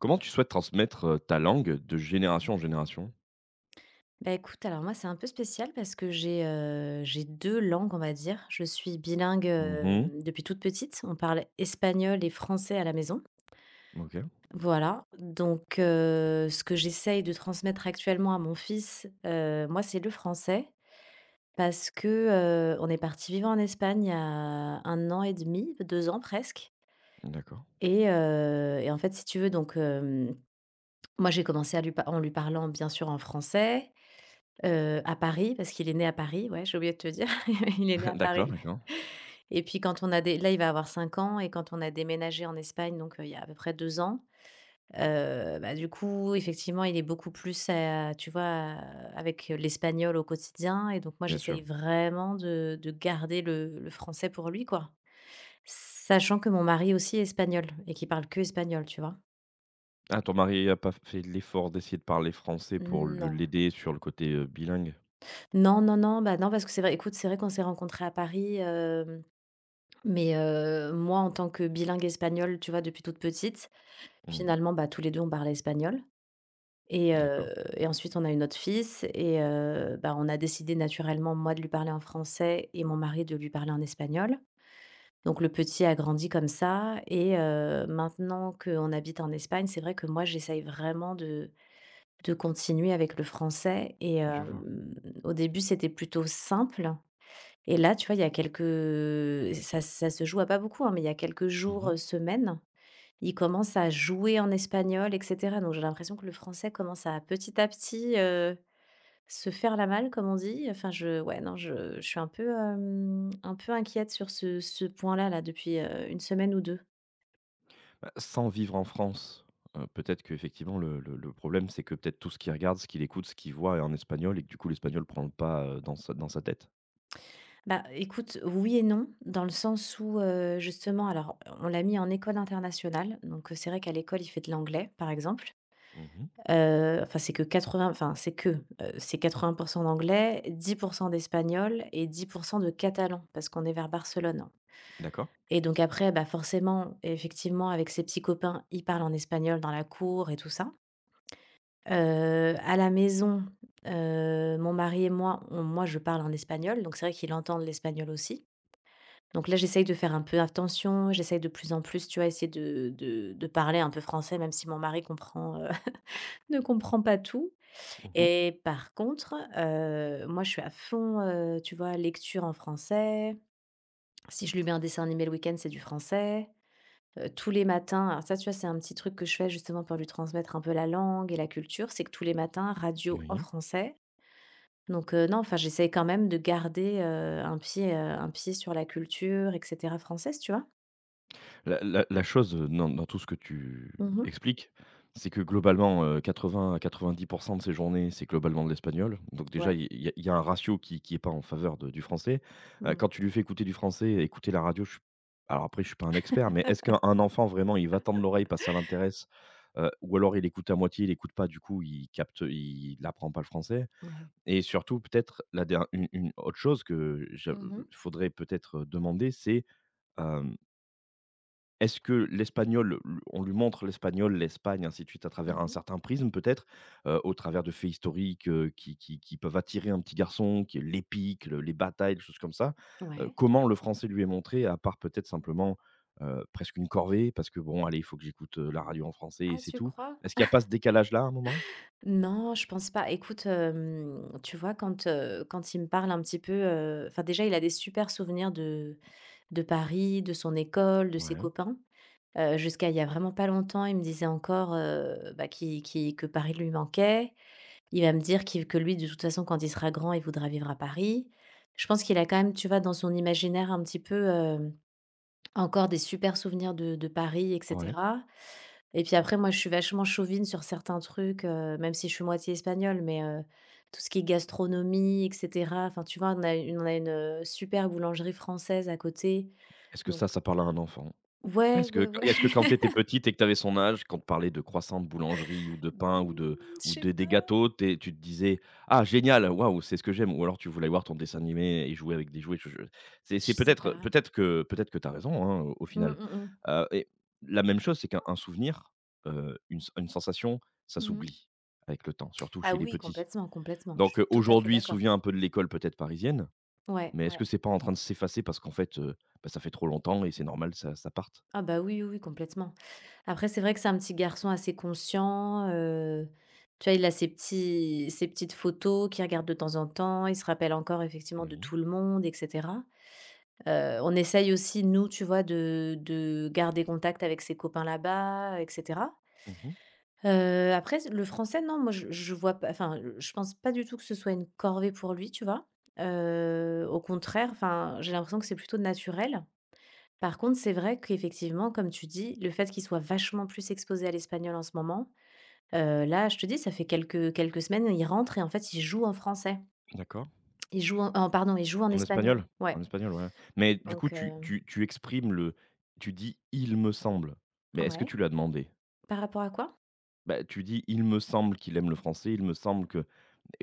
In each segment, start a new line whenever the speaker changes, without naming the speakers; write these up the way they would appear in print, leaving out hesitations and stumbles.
Comment tu souhaites transmettre, ta langue de génération en génération?
Bah, écoute, alors moi, c'est un peu spécial parce que j'ai 2 langues, on va dire. Je suis bilingue,
Mmh.
depuis toute petite. On parle espagnol et français à la maison.
OK.
Voilà, donc ce que j'essaye de transmettre actuellement à mon fils, moi, c'est le français parce que, on est parti vivre en Espagne il y a 1 an et demi, 2 ans presque
D'accord.
et en fait, si tu veux, donc moi, j'ai commencé à lui pa en lui parlant, bien sûr, en français. À Paris, parce qu'il est né à Paris, ouais, j'ai oublié de te dire, il est né à
D'accord,
Paris.
d'accord.
Et puis quand on a des là, il va avoir 5 ans et quand on a déménagé en Espagne, donc il y a à peu près 2 ans, bah, du coup, effectivement, il est beaucoup plus à, tu vois, à avec l'espagnol au quotidien et donc moi,
Bien sûr.
j'essaye vraiment de garder le français pour lui, quoi. Sachant que mon mari aussi est espagnol et qu'il parle que espagnol, tu vois?
Ah, ton mari a pas fait l'effort d'essayer de parler français pour le
Non.
l'aider sur le côté, bilingue?
Non, non, non, bah, non, parce que c'est vrai, écoute, c'est vrai qu'on s'est rencontrés à Paris. Mais moi, en tant que bilingue espagnole, tu vois, depuis toute petite,
Mmh.
finalement, bah, tous les 2 on parlait espagnol et heu
D'accord,
et ensuite, on a eu notre fils et bah, on a décidé naturellement, moi, de lui parler en français et mon mari de lui parler en espagnol. Donc le petit a grandi comme ça et maintenant qu'on habite en Espagne, c'est vrai que moi, j'essaye vraiment de continuer avec le français et
je vois.
hem, au début, c'était plutôt simple. Et là, tu vois, il y a quelques ça ça se joue à pas beaucoup, hein, mais il y a quelques jours,
Mmh.
semaines, il commence à jouer en espagnol et cetera. Donc j'ai l'impression que le français commence à petit, se faire la malle, comme on dit. Enfin je ouais, non, je suis un peu inquiète sur ce point-là, là, depuis, 1 semaine ou deux.
Bah, sans vivre en France, peut-être qu'effectivement le problème, c'est que peut-être tout ce qu'il regarde, ce qu'il écoute, ce qu'il voit est en espagnol et que du coup l'espagnol prend le pas, dans sa tête?
Bah, écoute, oui et non, dans le sens où, justement alors on l'a mis en école internationale, donc, c'est vrai qu'à l'école, il fait de l'anglais, par exemple.
Mmh.
Enfin, c'est que 80, enfin, c'est que, c'est 80 d'anglais, 10 d'espagnol et 10 de catalan, parce qu'on est vers Barcelone.
D'accord.
Et donc après, bah, forcément, effectivement, avec ses petits copains, il parle en espagnol dans la cour et tout ça. À la maison, mon mari et moi, on moi, je parle en espagnol, donc c'est vrai qu'il entend de l'espagnol aussi. Donc là, j'essaye de faire un peu attention, j'essaye de plus en plus, tu vois, essayer de parler un peu français, même si mon mari comprend, ne comprend pas tout.
Mmh.
Et par contre, moi je suis à fond, tu vois, lecture en français. Si je lui mets un dessin animé le week-end, c'est du français. Tous les matins, alors ça, tu vois, c'est un petit truc que je fais justement pour lui transmettre un peu la langue et la culture, c'est que tous les matins, radio en
Oui.
français. Donc non, enfin, j'essaye quand même de garder, un pied sur la culture et cetera française, tu vois?
La chose, dans tout ce que tu
Mmh.
expliques, c'est que globalement, 80 à 90 de ses journées, c'est globalement de l'espagnol. Donc déjà,
Ouais.
il y a un ratio qui n'est pas en faveur de du français.
Mmh.
Quand tu lui fais écouter du français, écouter la radio, je suis alors après, je suis pas un expert, mais est-ce qu'un enfant vraiment, il va tendre l'oreille parce que ça l'intéresse, ou alors il écoute à moitié, il écoute pas, du coup, il n'apprend pas le français?
Ouais.
Et surtout, peut-être la der une autre chose que je
Mmh mh.
faudrait peut-être demander, c'est, euh, est-ce que l'espagnol, on lui montre l'espagnol, l'Espagne, ainsi de suite, à travers un
Mmh.
certain prisme peut-être, au travers de faits historiques, qui peuvent attirer un petit garçon, qui est l'épique, le les batailles, des choses comme ça?
Ouais.
Comment le français lui est montré à part peut-être simplement, presque une corvée parce que bon, allez, il faut que j'écoute, la radio en français et
Ah,
c'est
tu
tout?
crois?
Est-ce qu'il n'y a pas ce décalage-là à un moment?
Non, je pense pas. Écoute, tu vois, quand il me parle un petit peu, enfin, déjà, il a des super souvenirs de Paris, de son école, de ses
Ouais,
copains. Jusqu'à il y a vraiment pas longtemps, il me disait encore, bah, qu'il qu'il que Paris lui manquait. Il va me dire qu'il que lui, de toute façon, quand il sera grand, il voudra vivre à Paris. Je pense qu'il a quand même, tu vois, dans son imaginaire un petit peu, encore des super souvenirs de Paris et
ouais.
cetera, et puis après moi je suis vachement chauvine sur certains trucs, même si je suis moitié espagnole, mais, tout ce qui est gastronomie et cetera, enfin tu vois? On a une, super boulangerie française à côté,
Est-ce que
donc
ça parle à un enfant?
ouais,
Est-ce que
ouais, ouais.
est-ce que quand tu étais petite et que tu avais son âge, quand on te parlait de croissants, de boulangerie ou de pain ou de
Mmh, je sais
des
pas,
gâteaux, tu te disais: «Ah génial, waouh, c'est ce que j'aime», ou alors tu voulais voir ton dessin animé et jouer avec des jouets, je c'est
je sais pas.
peut-être que tu as raison, hein, au
Mmh,
final,
mmh mh.
et la même chose, c'est qu'un souvenir, une sensation, ça
Mmh.
s'oublie avec le temps, surtout
Ah
chez les
oui,
petits.
complètement, complètement. Je
Donc
suis tout à fait
aujourd'hui,
d'accord.
souviens un peu de l'école peut-être parisienne,
Ouais,
mais est-ce
ouais.
que c'est pas en train de s'effacer parce qu'en fait, bah, ça fait trop longtemps et c'est normal, ça ça parte?
Ah bah oui, oui, oui, complètement. Après, c'est vrai que c'est un petit garçon assez conscient. Tu vois, il a ses petites photos qu'il regarde de temps en temps. Il se rappelle encore effectivement de
Oui.
tout le monde, etc. On essaye aussi, nous, tu vois, de garder contact avec ses copains là-bas, etc.
Mmh.
Après, le français, non, moi, je vois pas, enfin, je pense pas du tout que ce soit une corvée pour lui, tu vois. Au contraire, enfin, j'ai l'impression que c'est plutôt naturel. Par contre, c'est vrai qu'effectivement, comme tu dis, le fait qu'il soit vachement plus exposé à l'espagnol en ce moment, là, je te dis, ça fait quelques semaines, il rentre et en fait, il joue en français.
D'accord.
Il joue en pardon, il joue en
En
espagnol.
espagnol?
Ouais,
En espagnol, ouais. Mais du coup,
donc
tu tu tu exprimes le tu dis: «Il me semble», mais est-ce que tu
ouais.
l'as demandé?
Par rapport à quoi?
Bah, tu dis: «Il me semble qu'il aime le français, il me semble que»,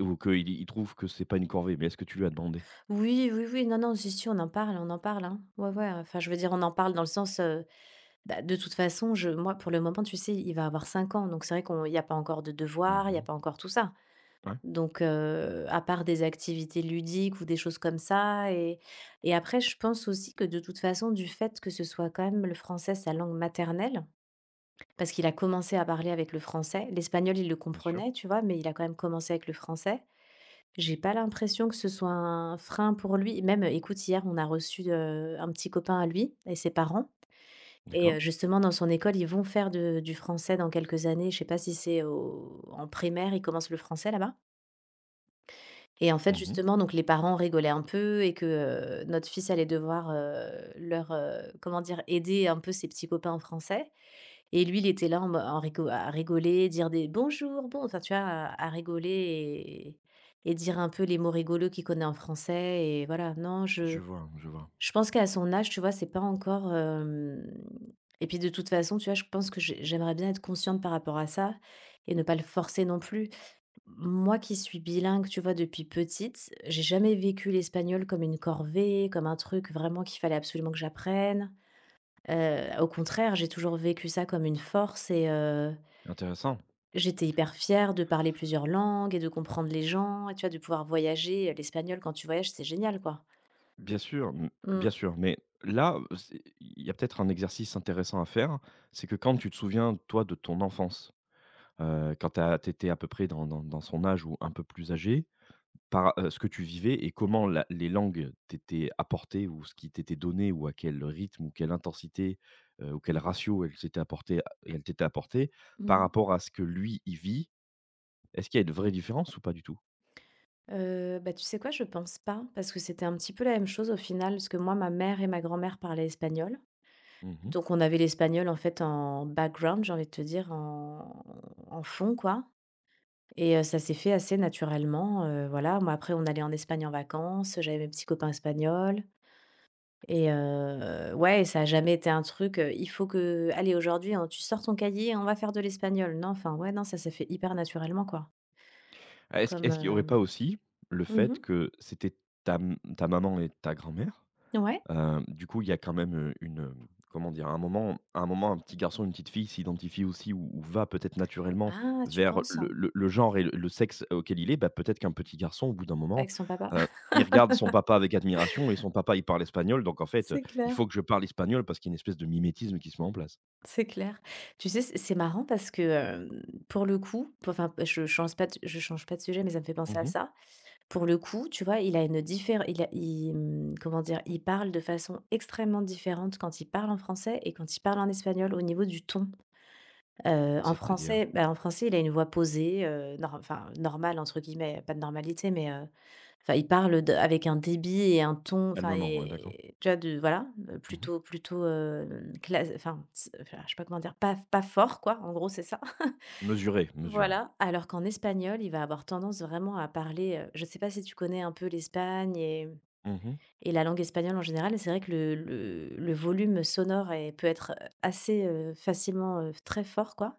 ou qu'il il trouve que c'est pas une corvée, mais est-ce que tu lui as demandé?
Oui, oui, oui, non, non, si, si, on en parle, hein. Ouais, ouais, enfin, je veux dire, on en parle dans le sens, bah, de toute façon, je moi, pour le moment, tu sais, il va avoir 5 ans, donc c'est vrai qu'on il y a pas encore de devoirs, il y a
Mhm.
pas encore tout ça.
Ouais,
Donc, à part des activités ludiques ou des choses comme ça et après je pense aussi que de toute façon du fait que ce soit quand même le français sa langue maternelle, parce qu'il a commencé à parler avec le français, l'espagnol il le
bien sûr.
comprenait, tu vois? Mais il a quand même commencé avec le français. J'ai pas l'impression que ce soit un frein pour lui. Même, écoute, hier on a reçu, un petit copain à lui et ses parents et
D'accord.
justement dans son école, ils vont faire de du français dans quelques années. Je sais pas si c'est au en primaire, ils commencent le français là-bas. Et en fait,
Mhm.
justement, donc les parents rigolaient un peu et que, notre fils allait devoir, leur, comment dire? Aider un peu ses petits copains en français et lui, il était là en me en rigo à rigoler, dire des: «Bonjour, bon» enfin, tu vois? À rigoler et dire un peu les mots rigolos qu'il connaît en français et voilà. Non,
Je vois, je vois.
je pense qu'à son âge, tu vois, c'est pas encore, hem et puis de toute façon, tu vois, je pense que j'aimerais bien être consciente par rapport à ça et ne pas le forcer non plus. Moi qui suis bilingue, tu vois, depuis petite, j'ai jamais vécu l'espagnol comme une corvée, comme un truc vraiment qu'il fallait absolument que j'apprenne. Au contraire, j'ai toujours vécu ça comme une force et
Intéressant.
j'étais hyper fière de parler plusieurs langues et de comprendre les gens et tu vois, de pouvoir voyager. L'espagnol, quand tu voyages, c'est génial, quoi.
Bien sûr, mmh, bien
Mmh.
sûr, mais là, c'est il y a peut-être un exercice intéressant à faire, c'est que quand tu te souviens, toi, de ton enfance, quand tu étais à peu près dans dans son âge ou un peu plus âgé, ce que tu vivais et comment la les langues t'étaient apportées ou ce qui t'était donné ou à quel rythme ou quelle intensité, ou quel ratio elles t'étaient apportées
Mmh
par
mh.
rapport à ce que lui, il vit. Est-ce qu'il y a une vraie différence ou pas du tout?
Bah, tu sais quoi? Je pense pas, parce que c'était un petit peu la même chose au final, parce que moi, ma mère et ma grand-mère parlaient espagnol.
Mmh.
Donc on avait l'espagnol en fait en background, j'ai envie de te dire, en fond, quoi, et ça s'est fait assez naturellement, voilà. Moi après on allait en Espagne en vacances, j'avais mes petits copains espagnols et ouais, ça a jamais été un truc, il faut que «Allez aujourd'hui, hein, tu sors ton cahier, on va faire de l'espagnol». Non, enfin ouais, non, ça s'est fait hyper naturellement, quoi.
Ah, est-ce
Comme,
est-ce qu'il n'y aurait pas aussi le fait
mmh,
que c'était ta maman et ta grand-mère?
ouais.
Du coup, il y a quand même, une, comment dire? À un moment, un petit garçon, une petite fille s'identifie aussi ou va peut-être naturellement
Ah, tu
vers
penses?
le
Hein.
le le genre et le sexe auquel il est. Bah, peut-être qu'un petit garçon, au bout d'un moment,
Avec son papa.
heu, il regarde son papa avec admiration et son papa, il parle espagnol, donc en fait,
C'est
il
clair.
faut que je parle espagnol parce qu'il y a une espèce de mimétisme qui se met en place.
C'est clair. Tu sais, c'est marrant parce que, pour le coup, p enfin, je change pas de sujet, mais ça me fait penser à
Mmh.
ça. Pour le coup, tu vois, il a mmh, comment dire? Il parle de façon extrêmement différente quand il parle en français et quand il parle en espagnol au niveau du ton. En
C'est-à-dire?
français, bah, en français, il a une voix posée, nor enfin, «normale» entre guillemets, pas de normalité, mais enfin, il parle de avec un débit et un ton, enfin
Calmement, ouais, d'accord.
et tu vois, de voilà,
Mmh.
plutôt plutôt, clas enfin, s enfin, je sais pas comment dire, pas fort, quoi, en gros, c'est ça.
Mesuré, mesuré.
Voilà, alors qu'en espagnol, il va avoir tendance vraiment à parler, je sais pas si tu connais un peu l'Espagne et
Mmh.
et la langue espagnole en général. C'est vrai que le volume sonore est peut être, assez facilement très fort quoi,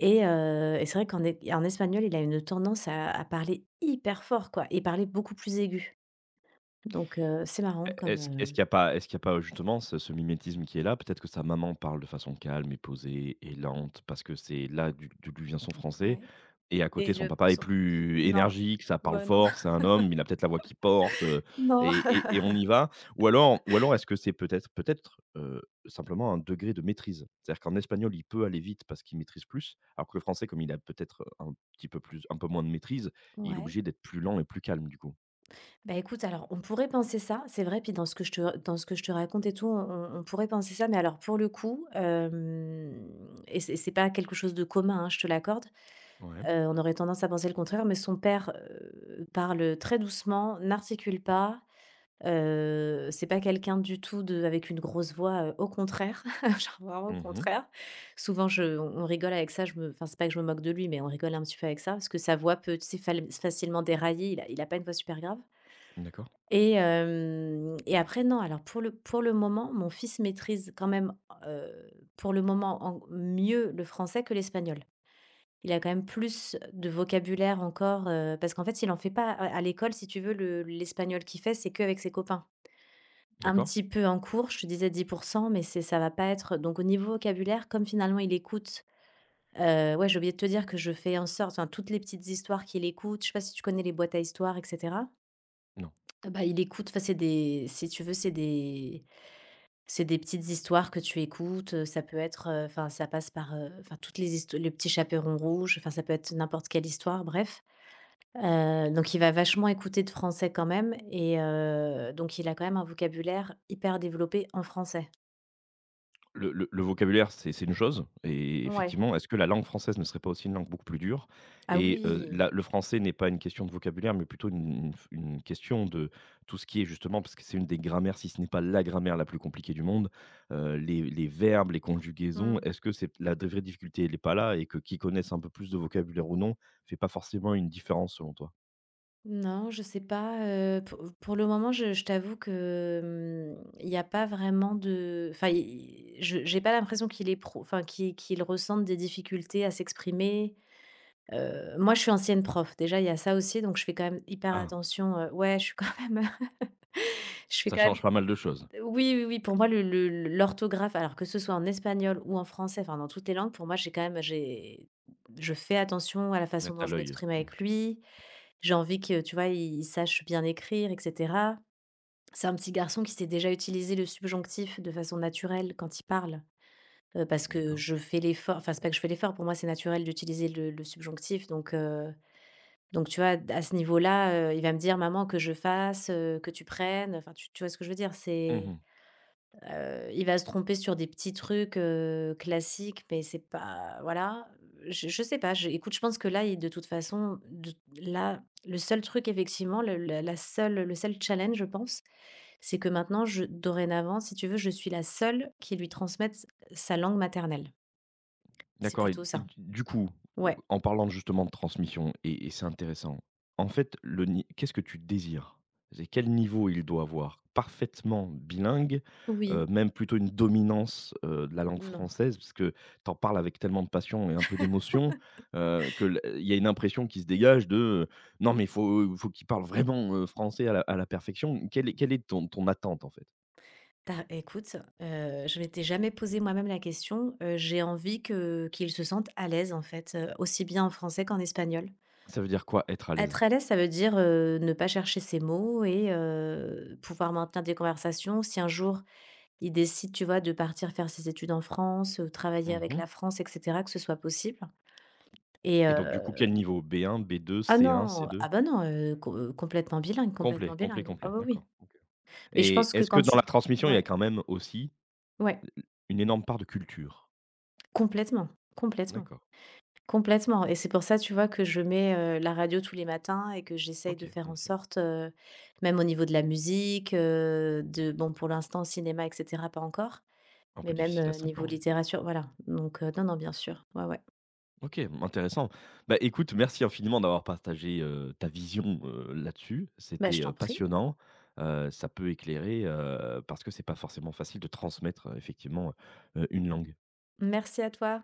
et c'est vrai qu'en é en espagnol, il a une tendance à parler hyper fort quoi et parler beaucoup plus aigu. Donc c'est
E
marrant comme,
est-ce est-ce
heu
qu'il n'y a pas est-ce qu'il y a pas justement ce mimétisme qui est là? Peut-être que sa maman parle de façon calme et posée et lente parce que c'est là d'où lui vient son français
Ouais.
et à
Et
côté son
le
papa est
son
plus
non.
énergique, ça parle
Ouais, non.
fort, c'est un homme, il a peut-être la voix qui porte,
Non.
et on y va. Ou alors est-ce que c'est peut-être, simplement un degré de maîtrise? C'est-à-dire qu'en espagnol, il peut aller vite parce qu'il maîtrise plus, alors que le français, comme il a peut-être un peu moins de maîtrise, il est
Ouais.
obligé d'être plus lent et plus calme du coup.
Bah, écoute, alors on pourrait penser ça, c'est vrai, puis dans ce que je te raconte et tout, on pourrait penser ça, mais alors pour le coup, hem et c'est pas quelque chose de commun, hein, je te l'accorde.
Ouais.
On aurait tendance à penser le contraire, mais son père parle très doucement, n'articule pas. C'est pas quelqu'un du tout de avec une grosse voix, au contraire, genre vraiment au
Mmh.
contraire. Souvent je on rigole avec ça. Je me Enfin, c'est pas que je me moque de lui, mais on rigole un petit peu avec ça, parce que sa voix peut, tu sais, fal facilement dérailler. Il a pas une voix super grave.
D'accord,
Et hem après non, alors pour le moment, mon fils maîtrise quand même pour le moment en mieux le français que l'espagnol. Il a quand même plus de vocabulaire encore, parce qu'en fait, il en fait pas à l'école, si tu veux. Le L'espagnol qu'il fait, c'est qu'avec ses copains. Un
d'accord.
petit peu en cours, je te disais 10%, mais c'est ça va pas être donc au niveau vocabulaire, comme finalement il écoute. Ouais, j'ai oublié de te dire que je fais en sorte, enfin, toutes les petites histoires qu'il écoute, je sais pas si tu connais les boîtes à histoires etc.
Non.
Ah bah, il écoute. Enfin, c'est des, si tu veux, c'est des petites histoires que tu écoutes. Ça peut être enfin, ça passe par enfin, toutes les histo Le Petit Chaperon Rouge, enfin, ça peut être n'importe quelle histoire, bref. Donc il va vachement écouter de français quand même et donc il a quand même un vocabulaire hyper développé en français.
Le vocabulaire, c'est une chose et
Ouais.
effectivement, est-ce que la langue française ne serait pas aussi une langue beaucoup plus dure?
Ah
Et
oui!
la le français n'est pas une question de vocabulaire, mais plutôt une question de tout ce qui est justement parce que c'est une des grammaires, si ce n'est pas la grammaire la plus compliquée du monde, les verbes, les conjugaisons,
Mmh.
est-ce que c'est la vraie difficulté, elle est pas là et que qui connaissent un peu plus de vocabulaire ou non, fait pas forcément une différence selon toi?
Non, je sais pas, pour le moment, je t'avoue que, mmh, il y a pas vraiment de, enfin, i je j'ai pas l'impression qu'il est pro. Enfin, qu'il ressente des difficultés à s'exprimer. Moi, je suis ancienne prof, déjà, il y a ça aussi, donc je fais quand même hyper
Ah,
attention. Ouais, je suis quand même, je fais
ça
quand même,
change pas mal de choses.
oui, oui, oui, pour moi, l'orthographe, alors que ce soit en espagnol ou en français, enfin, dans toutes les langues, pour moi, j'ai quand même j'ai, je fais attention à la
Ouais,
façon
à
dont
as
je
l'œil.
m'exprime
Mmh.
avec lui. J'ai envie que, tu vois, il sache bien écrire et cetera. C'est un petit garçon qui sait déjà utiliser le subjonctif de façon naturelle quand il parle, parce que
D'accord.
je fais l'effort enfin, c'est pas que je fais l'effort, pour moi, c'est naturel d'utiliser le subjonctif. Donc donc tu vois, à ce niveau-là, il va me dire: «Maman, que je fasse, que tu prennes». Enfin, tu vois ce que je veux dire? C'est…
Mmh.
Il va se tromper sur des petits trucs classiques, mais c'est pas, voilà. Je sais pas, je écoute, je pense que là, il de toute façon, de là, le seul truc effectivement, le seul challenge, je pense, c'est que maintenant je dorénavant, si tu veux, je suis la seule qui lui transmette sa langue maternelle. C'est
D'accord et
plutôt ça.
du coup,
Ouais.
en parlant justement de transmission et c'est intéressant. En fait, le ni qu'est-ce que tu désires? C'est quel niveau il doit avoir? Parfaitement bilingue,
Oui.
même plutôt une dominance, de la langue
Non.
française? Parce que tu en parles avec tellement de passion et un peu d'émotion, que l il y a une impression qui se dégage de: «Non mais il faut qu'il parle vraiment, français à la perfection». Quelle est ton attente, en fait?
Tu écoute, je m'étais jamais posé moi-même la question. J'ai envie que qu'il se sente à l'aise en fait, aussi bien en français qu'en espagnol.
Ça veut dire quoi être à
Être à
l'aise?
l'aise, ça veut dire ne pas chercher ses mots et pouvoir maintenir des conversations. Si un jour, il décide, tu vois, de partir faire ses études en France, travailler avec
Mmh.
la France et cetera, que ce soit possible. Et
Et donc du coup, quel niveau? B1, B2,
ah
C1,
non!
C2?
Ah bah non, co complètement bilingue, complètement
Complet, complet,
bilingue. Ah
complet.
bah oui.
D'accord, OK.
Mais je
Et
pense que
est-ce
quand
que dans
tu,
la transmission, il y a
ouais,
quand même aussi
ouais,
une énorme part de culture?
complètement, complètement.
D'accord,
Complètement, et c'est pour ça, tu vois, que je mets la radio tous les matins et que j'essaye de
OK,
faire en
OK.
sorte, même au niveau de la musique, de, bon, pour l'instant, cinéma et cetera, pas encore,
Un
mais
peu
même
difficile à 5
niveau
ans, oui.
littérature, voilà, donc non, non, bien sûr, ouais, ouais.
OK, mmh, intéressant. Bah, écoute, merci infiniment d'avoir partagé, ta vision, là-dessus.
Bah, je
C'était,
t'en prie.
passionnant. Ça peut éclairer, parce que c'est pas forcément facile de transmettre, effectivement, une langue.
Merci à toi.